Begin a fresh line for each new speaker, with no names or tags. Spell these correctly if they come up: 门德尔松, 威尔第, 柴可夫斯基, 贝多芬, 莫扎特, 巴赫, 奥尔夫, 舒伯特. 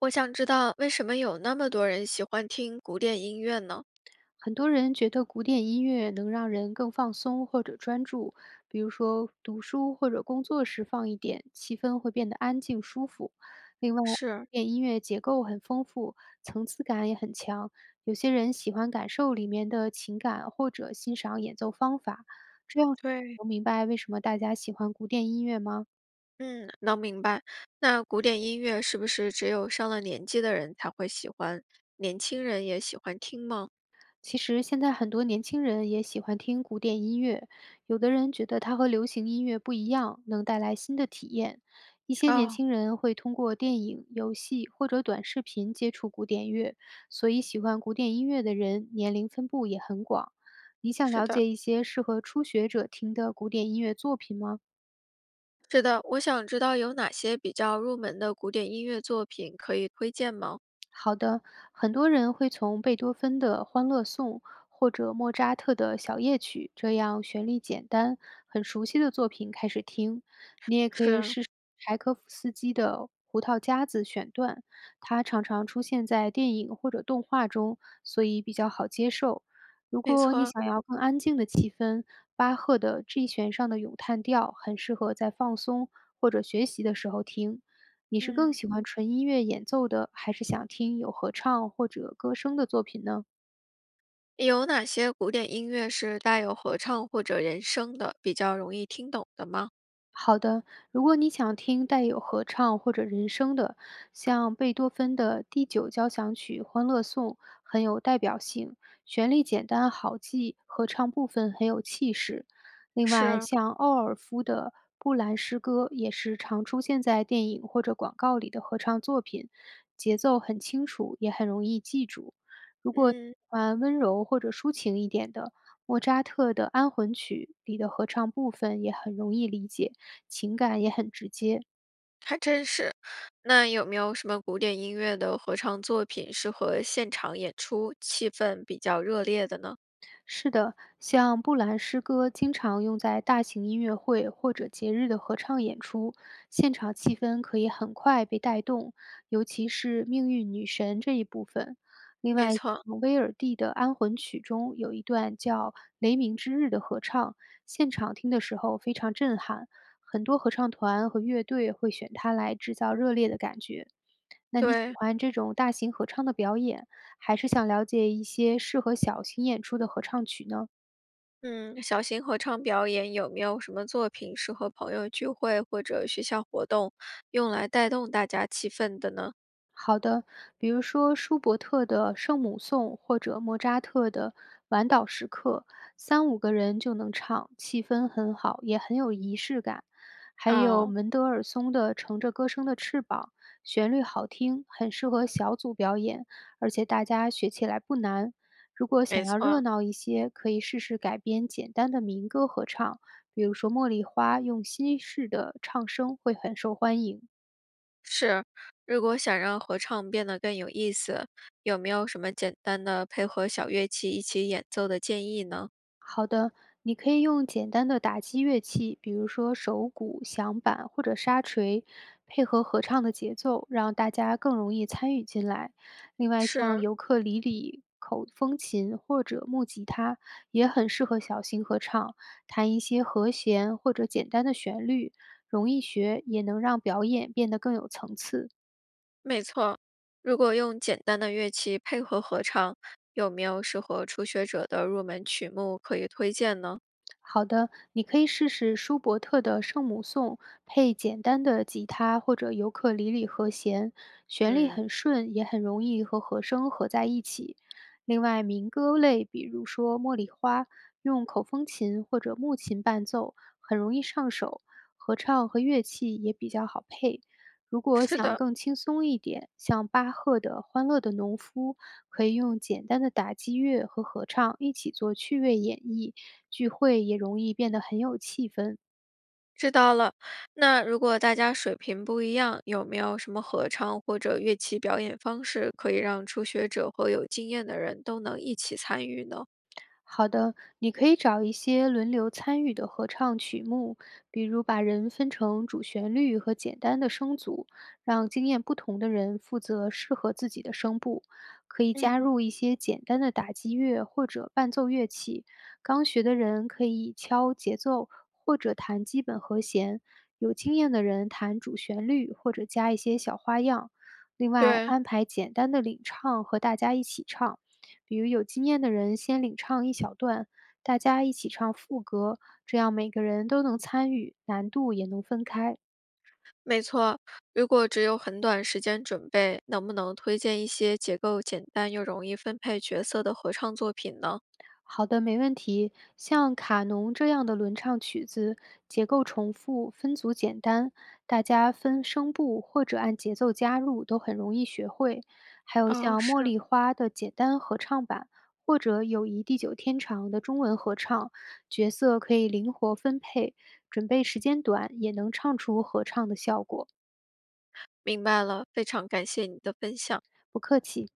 我想知道为什么有那么多人喜欢听古典音乐呢？
很多人觉得古典音乐能让人更放松或者专注，比如说读书或者工作时放一点，气氛会变得安静舒服。另外，古
是，
典音乐结构很丰富，层次感也很强，有些人喜欢感受里面的情感或者欣赏演奏方法。这样
对，
能明白为什么大家喜欢古典音乐吗？
嗯，能明白。那古典音乐是不是只有上了年纪的人才会喜欢，年轻人也喜欢听吗？
其实现在很多年轻人也喜欢听古典音乐，有的人觉得它和流行音乐不一样，能带来新的体验。一些年
哦，
轻人会通过电影、游戏或者短视频接触古典乐，所以喜欢古典音乐的人年龄分布也很广。你想
是
了
的，
解一些适合初学者听的古典音乐作品吗？
是的，我想知道有哪些比较入门的古典音乐作品可以推荐吗？
好的，很多人会从贝多芬的《欢乐颂》或者莫扎特的小夜曲这样旋律简单、很熟悉的作品开始听。你也可以
是，
试试柴可夫斯基的《胡桃夹子》选段，它常常出现在电影或者动画中，所以比较好接受。如
没
果你
错，
想要更安静的气氛，巴赫的 G 弦上的咏叹调很适合在放松或者学习的时候听。你是更
嗯，
喜欢纯音乐演奏的，还是想听有合唱或者歌声的作品呢？
有哪些古典音乐是带有合唱或者人声的，比较容易听懂的吗？
好的，如果你想听带有合唱或者人声的，像贝多芬的第9交响曲《欢乐颂》很有代表性，旋律简单好记，合唱部分很有气势。另外，
是，
像奥尔夫的《布兰诗歌》也是常出现在电影或者广告里的合唱作品，节奏很清楚，也很容易记住。如果喜
嗯。
欢温柔或者抒情一点的，莫扎特的《安魂曲》里的合唱部分也很容易理解。情感也很直接。
还真是。那有没有什么古典音乐的合唱作品适合现场演出，气氛比较热烈的呢？
是的，像布兰诗歌经常用在大型音乐会或者节日的合唱演出，现场气氛可以很快被带动，尤其是命运女神这一部分。另
没
外，
错，
威尔第的安魂曲中有一段叫《雷鸣之日》的合唱，现场听的时候非常震撼，很多合唱团和乐队会选它来制造热烈的感觉。那你喜
对，
欢这种大型合唱的表演，还是想了解一些适合小型演出的合唱曲呢？
嗯，小型合唱表演有没有什么作品适合朋友聚会或者学校活动，用来带动大家气氛的呢？
好的，比如说舒伯特的《圣母颂》或者莫扎特的《晚岛时刻》，三五个人就能唱，气氛很好，也很有仪式感。还有
哦，
门德尔松的《乘着歌声的翅膀》，旋律好听，很适合小组表演，而且大家学起来不难。如果想
没
要热
错，
闹一些，可以试试改编简单的民歌合唱，比如说《茉莉花》，用西式的唱声会很受欢迎。
是。如果想让合唱变得更有意思，有没有什么简单的配合小乐器一起演奏的建议呢？
好的，你可以用简单的打击乐器，比如说手鼓、响板或者沙锤，配合合唱的节奏，让大家更容易参与进来。另外，像
是，
尤克里里、口风琴或者木吉他也很适合小型合唱，弹一些和弦或者简单的旋律，容易学，也能让表演变得更有层次。
没错，如果用简单的乐器配合合唱，有没有适合初学者的入门曲目可以推荐呢？
好的，你可以试试舒伯特的《圣母颂》，配简单的吉他或者尤克里里和弦，旋律
嗯，
很顺，也很容易和和声合在一起。另外，民歌类，比如说《茉莉花》，用口风琴或者木琴伴奏，很容易上手，合唱和乐器也比较好配。如果
是
想
的，
更轻松一点，像巴赫的《欢乐的农夫》，可以用简单的打击乐和合唱一起做趣味演绎。聚会也容易变得很有气氛。
知道了。那如果大家水平不一样，有没有什么合唱或者乐器表演方式可以让初学者和有经验的人都能一起参与呢？
好的，你可以找一些轮流参与的合唱曲目，比如把人分成主旋律和简单的声组，让经验不同的人负责适合自己的声部。可以加
嗯，
入一些简单的打击乐或者伴奏乐器，刚学的人可以敲节奏或者弹基本和弦，有经验的人弹主旋律或者加一些小花样。另外，
对，
安排简单的领唱和大家一起唱。比如有经验的人先领唱一小段，大家一起唱副歌，这样每个人都能参与，难度也能分开。
没错。如果只有很短时间准备，能不能推荐一些结构简单又容易分配角色的合唱作品呢？
好的，没问题。像《卡农》这样的轮唱曲子，结构重复，分组简单，大家分声部或者按节奏加入都很容易学会。还有
哦，
像《茉
是
莉花》的简单合唱版，或者《友谊地久天长》的中文合唱，角色可以灵活分配，准备时间短也能唱出合唱的效果。
明白了，非常感谢你的分享。
不客气。